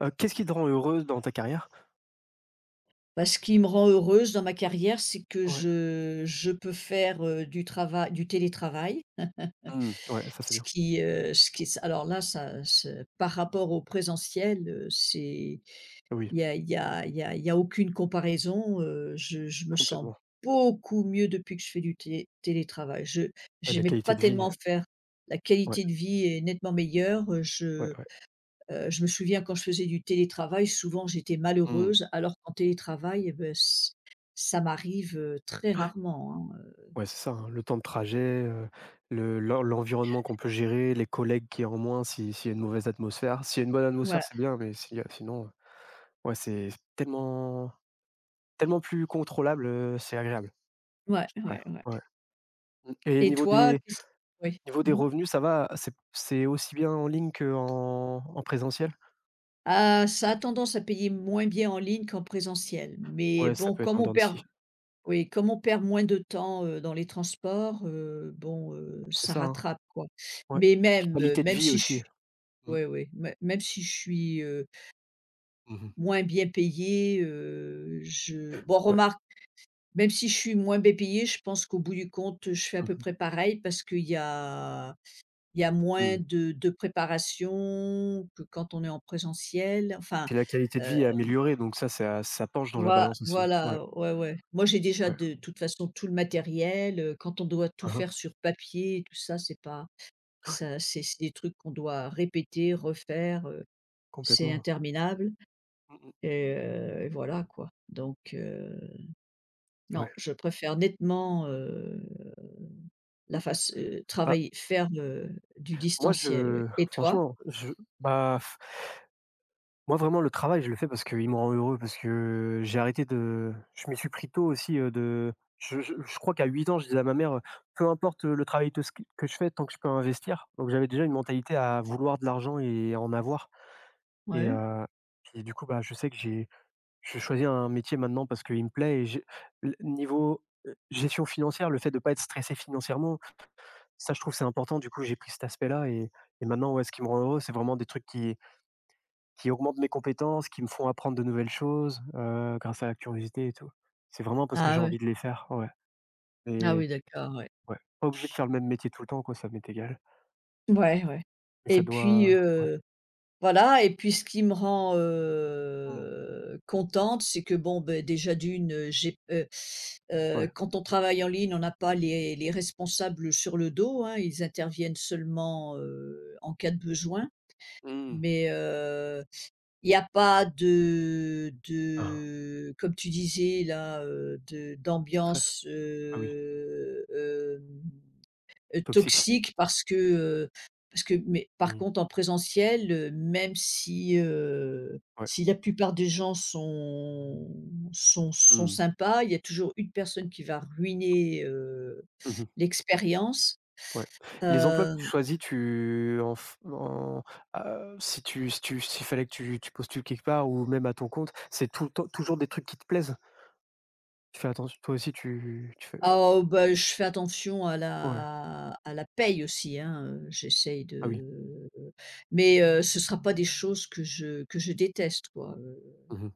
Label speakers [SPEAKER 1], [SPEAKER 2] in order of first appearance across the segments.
[SPEAKER 1] Qu'est-ce qui te rend heureuse dans ta carrière?
[SPEAKER 2] Bah, ce qui me rend heureuse dans ma carrière, c'est que
[SPEAKER 1] Ouais.
[SPEAKER 2] je peux faire, du télétravail.
[SPEAKER 1] Mmh. Ouais, ça, c'est
[SPEAKER 2] Ce
[SPEAKER 1] bien.
[SPEAKER 2] qui, heu, ce qui alors là, ça ce par rapport au présentiel, c'est
[SPEAKER 1] Oui,
[SPEAKER 2] il y a il y a il y a il y a aucune comparaison. Je me sens
[SPEAKER 1] complètement.
[SPEAKER 2] beaucoup mieux depuis que je fais du té télétravail. Je
[SPEAKER 1] Ouais, la
[SPEAKER 2] J'aimais
[SPEAKER 1] qualité
[SPEAKER 2] pas
[SPEAKER 1] de vie,
[SPEAKER 2] tellement faire... La
[SPEAKER 1] ouais,
[SPEAKER 2] qualité de vie est nettement meilleure.
[SPEAKER 1] ouais, ouais.
[SPEAKER 2] Je me souviens quand je faisais du télétravail, souvent j'étais
[SPEAKER 1] Mmh.
[SPEAKER 2] malheureuse, alors qu'en télétravail, eh beh, ç ça m'arrive, très rarement, hein.
[SPEAKER 1] Ouais, c'est ça, hein, le temps de trajet, heu, le l'en l'environnement qu'on peut gérer, les collègues qui y en moins si s'il y a une mauvaise atmosphère. S'il y a une bonne atmosphère,
[SPEAKER 2] Voilà.
[SPEAKER 1] c'est bien, mais s'il y a sinon, ouais, c'est tellement tellement plus contrôlable, c'est agréable.
[SPEAKER 2] Ouais,
[SPEAKER 1] Ouais,
[SPEAKER 2] ouais, ouais.
[SPEAKER 1] ouais. Mmh. Et
[SPEAKER 2] Et
[SPEAKER 1] niveau
[SPEAKER 2] toi,
[SPEAKER 1] des
[SPEAKER 2] qu'est-ce oui.
[SPEAKER 1] niveau des
[SPEAKER 2] Mmh.
[SPEAKER 1] revenus, ça va? C'est aussi bien en ligne qu'en en présentiel?
[SPEAKER 2] Ah, ça a tendance à payer moins bien en ligne qu'en présentiel, mais
[SPEAKER 1] Ouais, ça
[SPEAKER 2] bon,
[SPEAKER 1] peut être
[SPEAKER 2] comme
[SPEAKER 1] en
[SPEAKER 2] on
[SPEAKER 1] dents de
[SPEAKER 2] perd
[SPEAKER 1] scie.
[SPEAKER 2] oui, comme on perd moins de temps, dans les transports, bon,
[SPEAKER 1] C'est
[SPEAKER 2] ça
[SPEAKER 1] ça, hein?
[SPEAKER 2] rattrape, quoi.
[SPEAKER 1] Ouais.
[SPEAKER 2] Mais même,
[SPEAKER 1] Qualité de
[SPEAKER 2] même
[SPEAKER 1] vie
[SPEAKER 2] si je
[SPEAKER 1] aussi.
[SPEAKER 2] suis
[SPEAKER 1] Mmh.
[SPEAKER 2] Ouais, ouais, mê même si je suis,
[SPEAKER 1] Mmh.
[SPEAKER 2] moins bien payée, je bon
[SPEAKER 1] Ouais.
[SPEAKER 2] remarque. Même si je suis moins bien payée, je pense qu'au bout du compte, je fais à
[SPEAKER 1] Mmh
[SPEAKER 2] peu
[SPEAKER 1] mh.
[SPEAKER 2] près pareil parce qu'il y a moins
[SPEAKER 1] Mmh.
[SPEAKER 2] de préparation que quand on est en présentiel. Enfin,
[SPEAKER 1] Puis la qualité de
[SPEAKER 2] heu,
[SPEAKER 1] vie est améliorée, donc ça penche dans la balance aussi. Ouais,
[SPEAKER 2] voilà, ouais, ouais. Moi, j'ai déjà
[SPEAKER 1] ouais.
[SPEAKER 2] de toute façon tout le matériel, quand on doit tout
[SPEAKER 1] Hein hein,
[SPEAKER 2] faire sur papier tout ça, c'est pas ça c'est des trucs qu'on doit répéter, refaire. C'est
[SPEAKER 1] complètement.
[SPEAKER 2] interminable
[SPEAKER 1] Mmh mh.
[SPEAKER 2] et voilà quoi. Non,
[SPEAKER 1] Ouais.
[SPEAKER 2] je préfère nettement, la
[SPEAKER 1] Mmh mh.
[SPEAKER 2] face
[SPEAKER 1] Bah,
[SPEAKER 2] travailler faire, du
[SPEAKER 1] moi
[SPEAKER 2] distanciel, oui.
[SPEAKER 1] je
[SPEAKER 2] Et toi?
[SPEAKER 1] franchement, je bah, moi vraiment le travail, je le fais parce qu'il me rend heureux, parce que j'ai arrêté de je m'y suis pris tôt aussi, de je crois qu'à 8 ans, je disais à ma mère: «Peu importe, le travail que je fais tant que je peux investir». Donc j'avais déjà une mentalité à vouloir de l'argent et à en avoir et
[SPEAKER 2] Ouais.
[SPEAKER 1] heu, puis du coup, bah, je sais que j'ai je choisis un métier maintenant parce qu'il me plaît et j'ai l niveau, gestion financière, le fait de ne pas être stressé financièrement, ça je trouve c'est important. Du coup, j'ai pris cet aspect-là et maintenant, ouais, ce qui me rend heureux, c'est vraiment des trucs qui augmentent mes compétences, qui me font apprendre de nouvelles choses, grâce à la curiosité et tout. C'est vraiment parce que
[SPEAKER 2] Ah
[SPEAKER 1] j'ai
[SPEAKER 2] ouais.
[SPEAKER 1] envie de les faire, ouais
[SPEAKER 2] Ah
[SPEAKER 1] et
[SPEAKER 2] oui, d'accord, ouais.
[SPEAKER 1] ouais, pas obligé de faire le même métier tout le temps quoi, ça m'est égal
[SPEAKER 2] Ouais, ouais.
[SPEAKER 1] mais ça
[SPEAKER 2] Et puis,
[SPEAKER 1] doit ouais.
[SPEAKER 2] voilà, et puis ce qui me rend,
[SPEAKER 1] Mmh.
[SPEAKER 2] contente, c'est que bon, beh, déjà d'une, j'ai
[SPEAKER 1] Ouais.
[SPEAKER 2] quand on travaille en ligne, on n'a pas les responsables sur le dos, hein. Ils interviennent seulement, en cas de besoin.
[SPEAKER 1] Mmh.
[SPEAKER 2] Mais heu Il n'y a pas de
[SPEAKER 1] Ah,
[SPEAKER 2] de comme tu disais là, de
[SPEAKER 1] stress.
[SPEAKER 2] d'ambiance,
[SPEAKER 1] Ah oui, toxique.
[SPEAKER 2] toxique. Parce que Mais par
[SPEAKER 1] Mmh.
[SPEAKER 2] contre en présentiel, même si,
[SPEAKER 1] Ouais.
[SPEAKER 2] si la plupart des gens sont sont
[SPEAKER 1] Mmh.
[SPEAKER 2] sympas, il y a toujours une personne qui va ruiner,
[SPEAKER 1] Mmh.
[SPEAKER 2] l'expérience,
[SPEAKER 1] Ouais. Les emplois que tu
[SPEAKER 2] hem.
[SPEAKER 1] choisis, tu en f en si tu si tu s'il fallait que tu postules quelque part ou même à ton compte, c'est tout le temps toujours des trucs qui te plaisent? Tu fais attention toi aussi tu fais
[SPEAKER 2] Oh bah, je fais attention à
[SPEAKER 1] ouais.
[SPEAKER 2] la paye aussi, hein, j'essaye
[SPEAKER 1] Ah oui.
[SPEAKER 2] de... Mais ce ne sera pas des choses que je déteste quoi.
[SPEAKER 1] Mmh.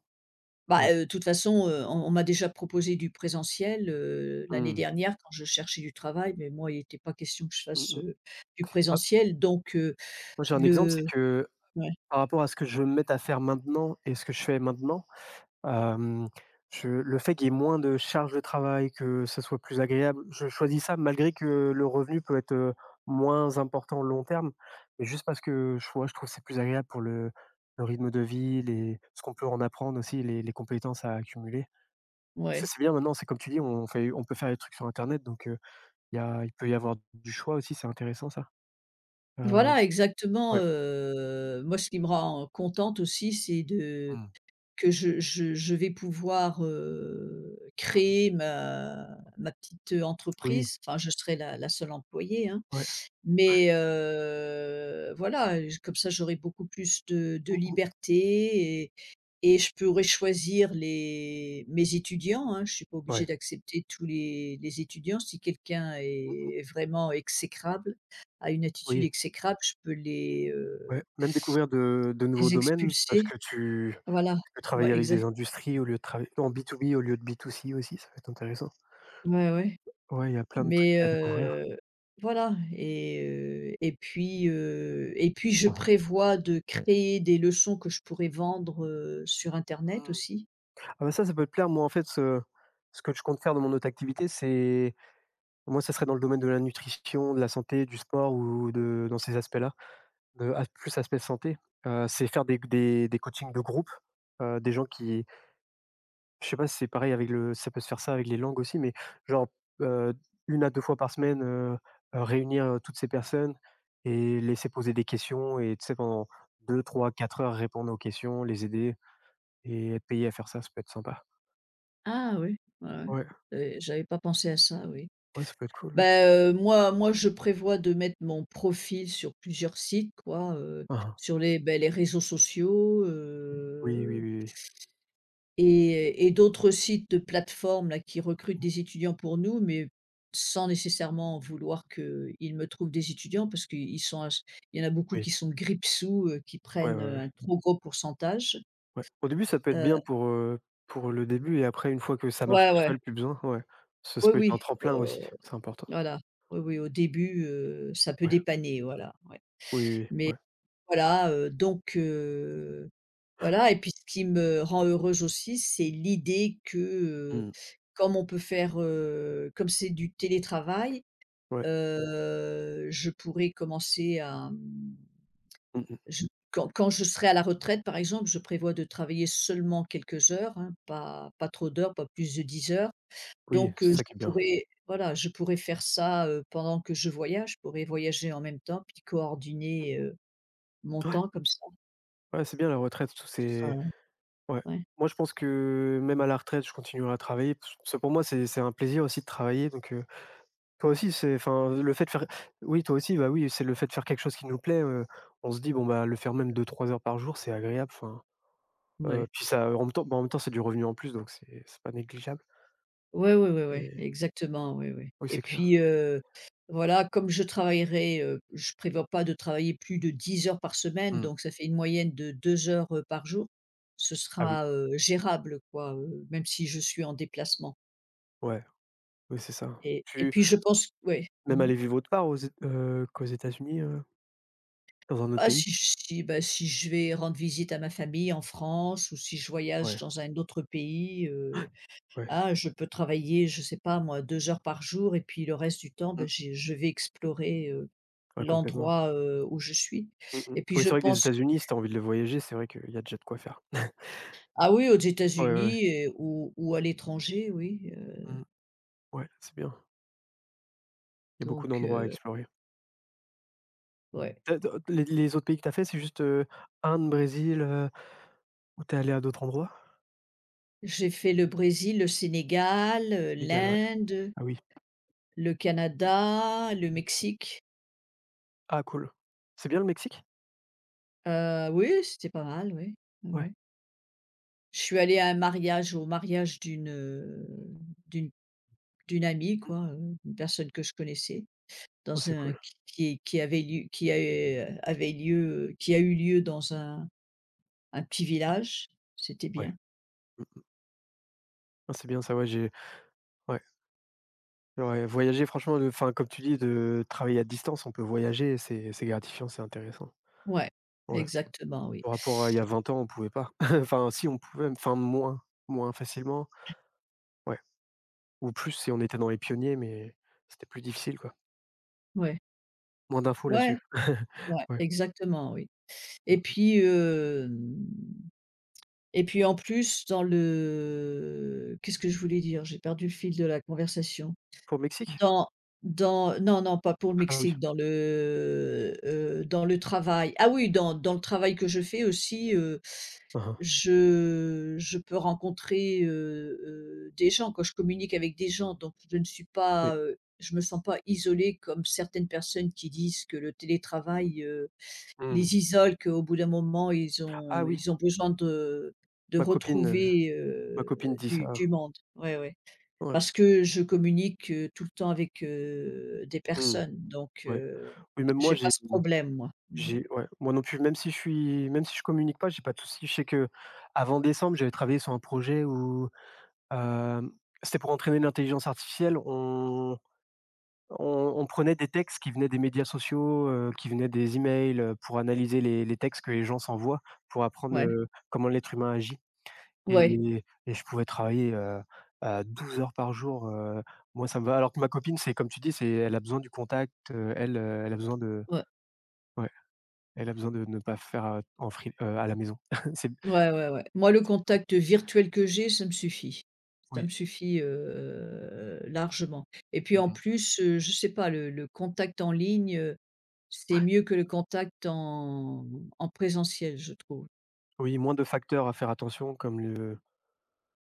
[SPEAKER 1] Ouais.
[SPEAKER 2] De toute façon, on m'a déjà proposé du présentiel, l'année
[SPEAKER 1] Mmh.
[SPEAKER 2] dernière quand je cherchais du travail, mais moi il n'était pas question que je
[SPEAKER 1] Mmh
[SPEAKER 2] fasse,
[SPEAKER 1] mh.
[SPEAKER 2] du
[SPEAKER 1] Ah,
[SPEAKER 2] présentiel. Donc
[SPEAKER 1] moi j'ai un exemple, c'est
[SPEAKER 2] le
[SPEAKER 1] que
[SPEAKER 2] Ouais,
[SPEAKER 1] par rapport à ce que je vais me mettre à faire maintenant et ce que je fais maintenant. Hem, je Le fait qu'il y ait moins de charge de travail, que ce soit plus agréable, je choisis ça malgré que le revenu peut être, moins important long terme, mais juste parce que je vois, je trouve que c'est plus agréable pour le rythme de vie, les ce qu'on peut en apprendre aussi, les compétences à accumuler. Parce que
[SPEAKER 2] ouais.
[SPEAKER 1] c'est bien maintenant, c'est comme tu dis, on peut faire des trucs sur internet donc il peut y avoir du choix aussi, c'est intéressant ça. Heu,
[SPEAKER 2] Voilà exactement,
[SPEAKER 1] ouais.
[SPEAKER 2] moi ce qui me rend contente aussi c'est de...
[SPEAKER 1] Mmh.
[SPEAKER 2] Que je vais pouvoir,
[SPEAKER 1] Mmh mh.
[SPEAKER 2] créer ma petite
[SPEAKER 1] Oui,
[SPEAKER 2] entreprise. Enfin, je serai la seule employée, hein,
[SPEAKER 1] ouais.
[SPEAKER 2] mais voilà, j comme ça, j'aurai beaucoup plus de
[SPEAKER 1] Mmh mh.
[SPEAKER 2] liberté, et je pourrai choisir les mes étudiants, hein. Je ne suis pas obligée
[SPEAKER 1] Ouais.
[SPEAKER 2] d'accepter tous les étudiants. Si quelqu'un
[SPEAKER 1] Mmh mh.
[SPEAKER 2] est vraiment exécrable, a une attitude
[SPEAKER 1] Oui.
[SPEAKER 2] exécrable, je peux
[SPEAKER 1] Ouais, même découvrir de nouveaux
[SPEAKER 2] les
[SPEAKER 1] domaines parce
[SPEAKER 2] expulser.
[SPEAKER 1] que tu
[SPEAKER 2] Voilà.
[SPEAKER 1] tu peux travailler
[SPEAKER 2] Ouais,
[SPEAKER 1] avec des
[SPEAKER 2] exact.
[SPEAKER 1] industries au lieu de travailler en B2B au lieu de B2C aussi, ça peut être intéressant.
[SPEAKER 2] Ouais, ouais.
[SPEAKER 1] Ouais, il y a plein de trucs
[SPEAKER 2] Mais
[SPEAKER 1] à découvrir.
[SPEAKER 2] et puis je
[SPEAKER 1] Mmh mh.
[SPEAKER 2] prévois de créer des leçons que je pourrais vendre, sur internet
[SPEAKER 1] Mmh.
[SPEAKER 2] aussi.
[SPEAKER 1] Ah bah, ça peut te plaire. Moi, en fait, ce que je compte faire dans mon autre activité, c'est moi, ça serait dans le domaine de la nutrition, de la santé, du sport ou de dans ces aspects-là, de as plus aspect santé, c'est faire des coachings de groupe, des gens qui Je sais pas si c'est pareil avec le ça peut se faire ça avec les langues aussi, mais genre, heu, 1 à 2 fois par semaine, réunir, toutes ces personnes et laisser poser des questions et tu sais pendant deux, trois, quatre heures répondre aux questions, les aider et être payé à faire ça, ça peut être sympa.
[SPEAKER 2] Ah oui, ouais, ouais.
[SPEAKER 1] Ouais,
[SPEAKER 2] J'avais pas pensé à ça, oui.
[SPEAKER 1] ouais, ça peut être cool.
[SPEAKER 2] Moi je prévois de mettre mon profil sur plusieurs sites quoi,
[SPEAKER 1] Ah,
[SPEAKER 2] sur les, beh, les réseaux sociaux.
[SPEAKER 1] oui, oui, oui, oui.
[SPEAKER 2] Et d'autres sites de plateformes là qui recrutent
[SPEAKER 1] Mmh.
[SPEAKER 2] des étudiants pour nous, mais sans nécessairement vouloir qu'ils me trouvent des étudiants parce qu'ils sont ach il y en a beaucoup
[SPEAKER 1] Oui.
[SPEAKER 2] qui sont grippe-sous, qui
[SPEAKER 1] Ouais,
[SPEAKER 2] prennent,
[SPEAKER 1] ouais, ouais.
[SPEAKER 2] un trop gros pourcentage.
[SPEAKER 1] Ouais. Au début, ça peut être bien
[SPEAKER 2] Heu,
[SPEAKER 1] pour le début et après une fois que ça marche
[SPEAKER 2] ouais,
[SPEAKER 1] tout
[SPEAKER 2] ouais,
[SPEAKER 1] seul, plus besoin, ouais. Ça
[SPEAKER 2] oui,
[SPEAKER 1] peut être un
[SPEAKER 2] oui,
[SPEAKER 1] tremplin aussi, c'est important.
[SPEAKER 2] voilà, oui, oui, au début, ça peut
[SPEAKER 1] Ouais.
[SPEAKER 2] dépanner, voilà, ouais.
[SPEAKER 1] Oui, oui,
[SPEAKER 2] Mais
[SPEAKER 1] ouais.
[SPEAKER 2] voilà. Voilà, et puis ce qui me rend heureuse aussi, c'est l'idée que,
[SPEAKER 1] Mmh.
[SPEAKER 2] comme on peut faire, comme c'est du télétravail,
[SPEAKER 1] Ouais.
[SPEAKER 2] je pourrais commencer à, mmh,
[SPEAKER 1] Mmh mh.
[SPEAKER 2] je quand je serai à la retraite, par exemple, je prévois de travailler seulement quelques heures, hein, pas trop d'heures, pas plus de 10 heures.
[SPEAKER 1] Oui, c'est ça qui
[SPEAKER 2] Je
[SPEAKER 1] est bien.
[SPEAKER 2] pourrais voilà, je pourrais faire ça, pendant que je voyage, je pourrais voyager en même temps puis coordonner, mon
[SPEAKER 1] Ouais,
[SPEAKER 2] temps comme ça.
[SPEAKER 1] ouais, c'est bien la retraite, tout
[SPEAKER 2] Ce sera...
[SPEAKER 1] c'est ouais.
[SPEAKER 2] Ouais,
[SPEAKER 1] Moi, je pense que même à la retraite, je continuerai à travailler. Parce que pour moi, c'est un plaisir aussi de travailler. Donc, toi aussi, c'est enfin, le fait de faire oui, toi aussi, bah, oui, c'est le fait de faire quelque chose qui nous plaît, on se dit: «Bon, bah, le faire même deux trois heures par jour, c'est agréable», enfin,
[SPEAKER 2] ouais.
[SPEAKER 1] puis ça en même temps bah, en même temps, c'est du revenu en plus, donc c'est pas négligeable
[SPEAKER 2] Ouais, ouais, ouais, ouais,
[SPEAKER 1] et
[SPEAKER 2] exactement, ouais, ouais.
[SPEAKER 1] oui,
[SPEAKER 2] Et
[SPEAKER 1] c'est clair.
[SPEAKER 2] puis, voilà, comme je travaillerai, je prévois pas de travailler plus de 10 heures par semaine,
[SPEAKER 1] Mmh.
[SPEAKER 2] donc ça fait une moyenne de 2 heures, par jour. Ce
[SPEAKER 1] Ah oui,
[SPEAKER 2] sera, gérable quoi, même si je suis en déplacement.
[SPEAKER 1] ouais, oui, c'est ça.
[SPEAKER 2] Et
[SPEAKER 1] Tu
[SPEAKER 2] puis je pense ouais.
[SPEAKER 1] même
[SPEAKER 2] Mmh.
[SPEAKER 1] aller vivre autre part aux Ét qu'aux États-Unis, dans un autre
[SPEAKER 2] Bah,
[SPEAKER 1] pays?
[SPEAKER 2] si si je vais rendre visite à ma famille en France, ou si je voyage
[SPEAKER 1] Ouais,
[SPEAKER 2] dans un autre pays,
[SPEAKER 1] ouais.
[SPEAKER 2] ah, je peux travailler, je sais pas moi, 2 heures par jour et puis le reste du temps, ben
[SPEAKER 1] Mmh.
[SPEAKER 2] j'ai je vais explorer,
[SPEAKER 1] Ouais, complètement.
[SPEAKER 2] l'endroit, où je suis,
[SPEAKER 1] Mmh mh.
[SPEAKER 2] et puis
[SPEAKER 1] Oui,
[SPEAKER 2] je
[SPEAKER 1] c'est vrai que les
[SPEAKER 2] pense
[SPEAKER 1] États-Unis, si tu as envie de le voyager, c'est vrai qu'il y a déjà de quoi faire.
[SPEAKER 2] ah oui, aux
[SPEAKER 1] Ouais, ouais, ouais.
[SPEAKER 2] États-Unis et ou à l'étranger, oui.
[SPEAKER 1] Mmh. Ouais, c'est bien. Il y a beaucoup
[SPEAKER 2] Donc
[SPEAKER 1] d'endroits à
[SPEAKER 2] heu,
[SPEAKER 1] explorer.
[SPEAKER 2] ouais.
[SPEAKER 1] Tu as d les autres pays que tu as fait, c'est juste, Inde, Brésil, ou tu es allé à d'autres endroits?
[SPEAKER 2] J'ai fait le Brésil, le Sénégal,
[SPEAKER 1] Sénégal, ouais.
[SPEAKER 2] l'Inde,
[SPEAKER 1] Ah oui.
[SPEAKER 2] le Canada, le Mexique.
[SPEAKER 1] Ah cool. C'est bien le Mexique?
[SPEAKER 2] Oui, c'était pas mal, oui. Ouais,
[SPEAKER 1] Ouais.
[SPEAKER 2] ouais. Je suis allée à un mariage, au mariage d'une, d'une d'une amie
[SPEAKER 1] Mmh.
[SPEAKER 2] quoi, une personne que je connaissais.
[SPEAKER 1] Oh,
[SPEAKER 2] Dans
[SPEAKER 1] c'est
[SPEAKER 2] un
[SPEAKER 1] cool.
[SPEAKER 2] qui a eu lieu dans un petit village, c'était
[SPEAKER 1] Ouais.
[SPEAKER 2] bien.
[SPEAKER 1] Mmh. Ah, c'est bien ça, ouais, j'ai ouais, ouais, voyager franchement, de enfin, comme tu dis, de travailler à distance, on peut voyager et c'est gratifiant, c'est intéressant.
[SPEAKER 2] Ouais,
[SPEAKER 1] Ouais.
[SPEAKER 2] exactement, oui.
[SPEAKER 1] Par rapport à il y a 20 ans, on pouvait pas. Enfin si, on pouvait, enfin moins, moins facilement. Ouais. Ou plus si on était dans les pionniers, mais c'était plus difficile, quoi.
[SPEAKER 2] Ouais,
[SPEAKER 1] Moins d'infos
[SPEAKER 2] ouais,
[SPEAKER 1] là-dessus.
[SPEAKER 2] ouais,
[SPEAKER 1] Ouais.
[SPEAKER 2] exactement, oui. Et puis, hem et puis, en plus, dans le, qu'est-ce que je voulais dire? J'ai perdu le fil de la conversation.
[SPEAKER 1] Pour Mexique?
[SPEAKER 2] Dans dans Non, non, pas pour le
[SPEAKER 1] Ah oui.
[SPEAKER 2] Mexique, dans le travail. Ah oui, dans le travail que je fais aussi. heu
[SPEAKER 1] Mmh.
[SPEAKER 2] je je peux rencontrer, des gens, quand je communique avec des gens, donc je ne suis
[SPEAKER 1] Oui.
[SPEAKER 2] pas, je me sens pas isolée comme certaines personnes qui disent que le télétravail,
[SPEAKER 1] Mmh.
[SPEAKER 2] les isole, qu'au bout d'un moment
[SPEAKER 1] Ah oui,
[SPEAKER 2] ils ont besoin de
[SPEAKER 1] ma copine, heu,
[SPEAKER 2] retrouver,
[SPEAKER 1] ma copine dit
[SPEAKER 2] du
[SPEAKER 1] ça.
[SPEAKER 2] du monde. Ouais, ouais.
[SPEAKER 1] Ouais.
[SPEAKER 2] Parce que je communique, tout le temps avec, des
[SPEAKER 1] Mmh.
[SPEAKER 2] personnes, donc
[SPEAKER 1] Ouais. Oui, même moi,
[SPEAKER 2] j'ai pas ce problème moi. Mmh mh.
[SPEAKER 1] j'ai ouais, moi non plus, même si je communique pas, j'ai pas de souci. Je sais que avant décembre, j'avais travaillé sur un projet où, hem, c'était pour entraîner l'intelligence artificielle. On on prenait des textes qui venaient des médias sociaux, qui venaient des emails, pour analyser les textes que les gens s'envoient, pour apprendre,
[SPEAKER 2] Ouais.
[SPEAKER 1] comment l'être humain agit
[SPEAKER 2] Ouais,
[SPEAKER 1] et je pouvais travailler, à 12 heures par jour, moi ça me va. Alors que ma copine, c'est comme tu dis, c'est elle a besoin du contact, elle a besoin de
[SPEAKER 2] ouais.
[SPEAKER 1] ouais, elle a besoin de ne pas faire, en free à la maison. C'est
[SPEAKER 2] Ouais, ouais, ouais. Moi, le
[SPEAKER 1] Ça dépend.
[SPEAKER 2] contact virtuel que j'ai, ça me suffit. Ça me
[SPEAKER 1] Oui.
[SPEAKER 2] suffit, largement, et puis
[SPEAKER 1] Mmh
[SPEAKER 2] en
[SPEAKER 1] mh.
[SPEAKER 2] plus, je sais pas, le contact en ligne, c'est mieux que le contact en en présentiel, je trouve.
[SPEAKER 1] Oui, moins de facteurs à faire attention comme le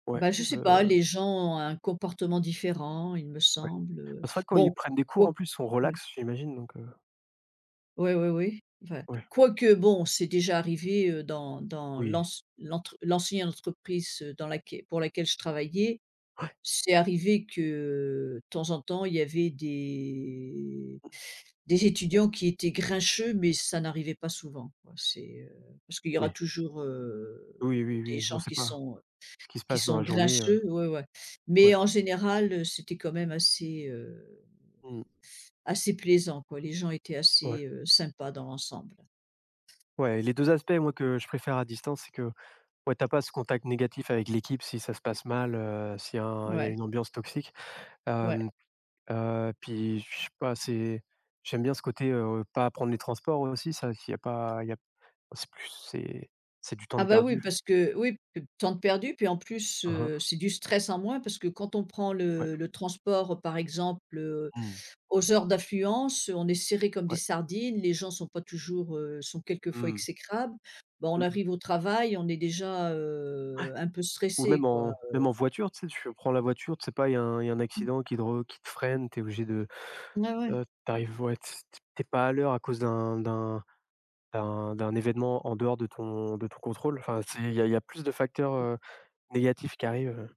[SPEAKER 1] ouais,
[SPEAKER 2] Bah, je sais
[SPEAKER 1] heu,
[SPEAKER 2] pas, les gens ont un comportement différent, il me
[SPEAKER 1] ouais.
[SPEAKER 2] semble,
[SPEAKER 1] Bah, c'est vrai que quand ils
[SPEAKER 2] bon,
[SPEAKER 1] prennent des cours
[SPEAKER 2] quoi.
[SPEAKER 1] en plus, on relaxe, j'imagine donc
[SPEAKER 2] Ouais, ouais, ouais, ouais, enfin,
[SPEAKER 1] ouais.
[SPEAKER 2] quoique bon, c'est déjà arrivé, dans
[SPEAKER 1] Oui.
[SPEAKER 2] l'ancienne entreprise, dans laquelle pour laquelle je travaillais.
[SPEAKER 1] Ouais,
[SPEAKER 2] C'est arrivé que, de temps en temps, il y avait des étudiants qui étaient grincheux, mais ça n'arrivait pas souvent, quoi. C'est, parce qu'il y aura
[SPEAKER 1] oui.
[SPEAKER 2] toujours,
[SPEAKER 1] Oui, oui,
[SPEAKER 2] des
[SPEAKER 1] oui, on
[SPEAKER 2] gens
[SPEAKER 1] sait
[SPEAKER 2] qui
[SPEAKER 1] pas
[SPEAKER 2] sont
[SPEAKER 1] ce qui se passe dans la journée,
[SPEAKER 2] grincheux, ouais, ouais.
[SPEAKER 1] ouais.
[SPEAKER 2] Mais en général, c'était quand même assez,
[SPEAKER 1] Mmh,
[SPEAKER 2] assez plaisant, quoi. Les gens étaient
[SPEAKER 1] ouais.
[SPEAKER 2] assez, sympas dans l'ensemble.
[SPEAKER 1] Ouais, les 2 aspects, moi, que je préfère à distance, c'est que, ouais, t'as pas ce contact négatif avec l'équipe si ça se passe mal, s'il y a un il y a
[SPEAKER 2] Ouais,
[SPEAKER 1] une ambiance toxique.
[SPEAKER 2] ouais.
[SPEAKER 1] Hem, puis je sais pas, c'est j'aime bien ce côté, pas prendre les transports aussi, ça, s'il y a pas il y a c'est plus c'est du temps
[SPEAKER 2] Ah
[SPEAKER 1] de
[SPEAKER 2] bah, oui,
[SPEAKER 1] perdu.
[SPEAKER 2] parce que oui, p temps de perdu, puis en plus,
[SPEAKER 1] Hein, hein,
[SPEAKER 2] c'est du stress en moins parce que quand on prend
[SPEAKER 1] ouais.
[SPEAKER 2] le transport, par exemple,
[SPEAKER 1] Mmh,
[SPEAKER 2] aux heures d'affluence, on est serré comme des
[SPEAKER 1] ouais.
[SPEAKER 2] sardines, les gens sont pas toujours, sont quelquefois
[SPEAKER 1] Mmh,
[SPEAKER 2] exécrables. Bah, on
[SPEAKER 1] mmh
[SPEAKER 2] arrive
[SPEAKER 1] mh.
[SPEAKER 2] au travail, on est déjà, un peu
[SPEAKER 1] Ou même
[SPEAKER 2] stressé quoi.
[SPEAKER 1] en voiture, tu sais, tu prends la voiture, tu sais pas, il y a un
[SPEAKER 2] Mmh.
[SPEAKER 1] accident qui te freine, t'es obligé de
[SPEAKER 2] Ouais, ouais.
[SPEAKER 1] Tu ouais, t t tu pas à l'heure à cause d'un événement en dehors de ton contrôle. Enfin, c'est il y a plus de facteurs, négatifs qui arrivent,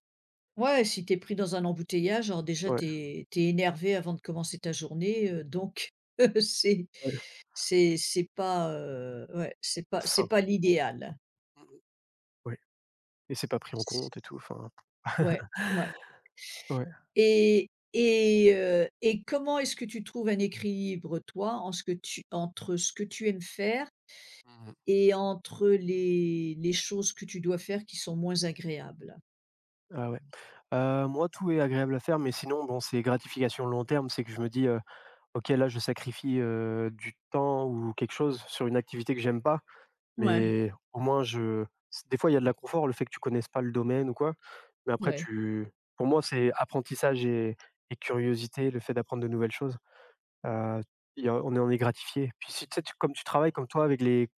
[SPEAKER 2] Ouais, si t'es pris dans un embouteillage, alors déjà
[SPEAKER 1] ouais,
[SPEAKER 2] t'es énervé avant de commencer ta journée, donc c'est
[SPEAKER 1] ouais,
[SPEAKER 2] c'est pas, ouais, c'est
[SPEAKER 1] ça.
[SPEAKER 2] pas l'idéal.
[SPEAKER 1] Mmh. Ouais et c'est pas pris en
[SPEAKER 2] C
[SPEAKER 1] compte et tout, enfin,
[SPEAKER 2] Ouais, ouais.
[SPEAKER 1] ouais.
[SPEAKER 2] Et et comment est-ce que tu trouves un
[SPEAKER 1] Mmh.
[SPEAKER 2] équilibre toi, en ce que tu entre ce que tu aimes faire
[SPEAKER 1] Mmh.
[SPEAKER 2] et entre les choses que tu dois faire qui sont moins agréables?
[SPEAKER 1] Ah ouais. Moi, tout est agréable à faire, mais sinon, bon, c'est gratification long terme. C'est que je me dis: «OK, là, je sacrifie, du temps ou quelque chose sur une activité que j'aime pas».
[SPEAKER 2] Ouais,
[SPEAKER 1] Mais au moins je c des fois, il y a de l'inconfort, le fait que tu connaisses pas le domaine ou quoi, mais après
[SPEAKER 2] ouais.
[SPEAKER 1] tu pour moi, c'est apprentissage et curiosité, le fait d'apprendre de nouvelles choses. Heu, il y a on est gratifié. Puis si tu sais, tu comme tu travailles comme toi avec les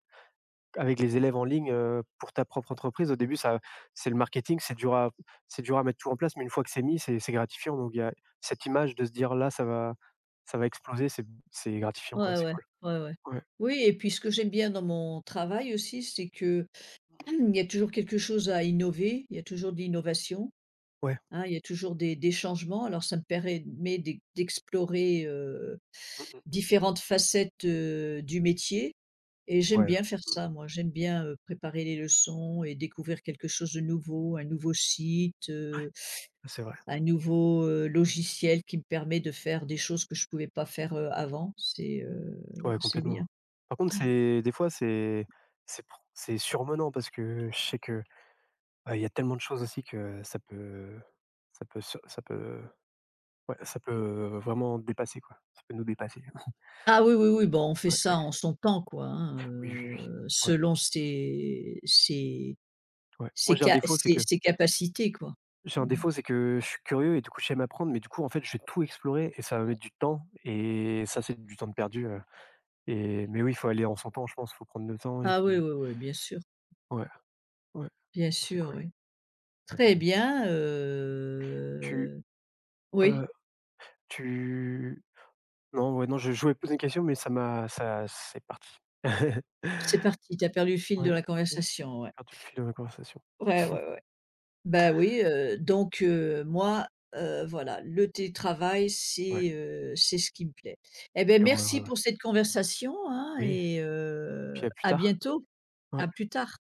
[SPEAKER 1] avec les élèves en ligne, pour ta propre entreprise, au début, ça c'est le marketing, c'est dur à mettre tout en place, mais une fois que c'est mis, c'est gratifiant, donc il y a cette image de se dire: «Là, ça va exploser», c'est gratifiant, quoi, ouais,
[SPEAKER 2] Ouais,
[SPEAKER 1] c'est
[SPEAKER 2] ouais,
[SPEAKER 1] cool.
[SPEAKER 2] ouais, ouais.
[SPEAKER 1] Ouais.
[SPEAKER 2] Oui, et puis ce que j'aime bien dans mon travail aussi, c'est que
[SPEAKER 1] Mmh.
[SPEAKER 2] il y a toujours quelque chose à innover, il y a toujours de l'innovation,
[SPEAKER 1] Ouais.
[SPEAKER 2] hein, il y a toujours des changements. Alors ça me permet d'explorer,
[SPEAKER 1] Mmh mh.
[SPEAKER 2] différentes facettes, du métier. Et j'aime
[SPEAKER 1] Ouais.
[SPEAKER 2] bien faire
[SPEAKER 1] Mmh
[SPEAKER 2] ça
[SPEAKER 1] mh.
[SPEAKER 2] moi, j'aime bien, préparer les leçons et découvrir quelque chose de nouveau, un nouveau site,
[SPEAKER 1] Ouais, c'est vrai.
[SPEAKER 2] un nouveau, logiciel qui me permet de faire des choses que je ne pouvais pas faire, avant.
[SPEAKER 1] Ouais,
[SPEAKER 2] C'est bien.
[SPEAKER 1] complètement. Par contre, c'est des fois, c'est surmenant parce que je sais que, il y a tellement de choses aussi que ça peut se ça peut ouais, ça peut vraiment dépasser, quoi. Ça peut nous dépasser.
[SPEAKER 2] Ah oui, oui, oui, bon, on fait
[SPEAKER 1] Ouais,
[SPEAKER 2] ça
[SPEAKER 1] ouais.
[SPEAKER 2] en son temps quoi, hein,
[SPEAKER 1] Oui, oui, oui. Ouais,
[SPEAKER 2] selon ses ses
[SPEAKER 1] ouais. Moi,
[SPEAKER 2] ses ca ses ses capacités quoi.
[SPEAKER 1] j'ai un
[SPEAKER 2] Mmh.
[SPEAKER 1] défaut, c'est que je suis curieux et du coup, j'aime apprendre, mais du coup, en fait, je vais tout explorer et ça va mettre du temps et ça, c'est du temps de perdu, mais oui, il faut aller en son temps, je pense. Il faut prendre le temps et
[SPEAKER 2] Ah oui,
[SPEAKER 1] puis
[SPEAKER 2] oui, oui,
[SPEAKER 1] ouais, ouais,
[SPEAKER 2] bien
[SPEAKER 1] c'est
[SPEAKER 2] sûr,
[SPEAKER 1] cool.
[SPEAKER 2] oui. Très
[SPEAKER 1] Mmh.
[SPEAKER 2] bien,
[SPEAKER 1] Tu,
[SPEAKER 2] oui.
[SPEAKER 1] heu, tu Non, ouais, non, je voulais te poser une question, mais ça c'est parti.
[SPEAKER 2] C'est parti, tu as perdu le fil de
[SPEAKER 1] Ouais,
[SPEAKER 2] la
[SPEAKER 1] j'ai
[SPEAKER 2] conversation, ouais.
[SPEAKER 1] perdu le fil de la conversation.
[SPEAKER 2] Ouais, ouais, ouais. Bah, oui, moi, voilà, le télétravail,
[SPEAKER 1] Ouais,
[SPEAKER 2] c'est ce qui me plaît. Eh beh,
[SPEAKER 1] ouais,
[SPEAKER 2] merci
[SPEAKER 1] ouais, ouais.
[SPEAKER 2] pour cette conversation, hein,
[SPEAKER 1] Oui,
[SPEAKER 2] et
[SPEAKER 1] puis à plus
[SPEAKER 2] à
[SPEAKER 1] tard.
[SPEAKER 2] bientôt,
[SPEAKER 1] Ouais.
[SPEAKER 2] à plus tard.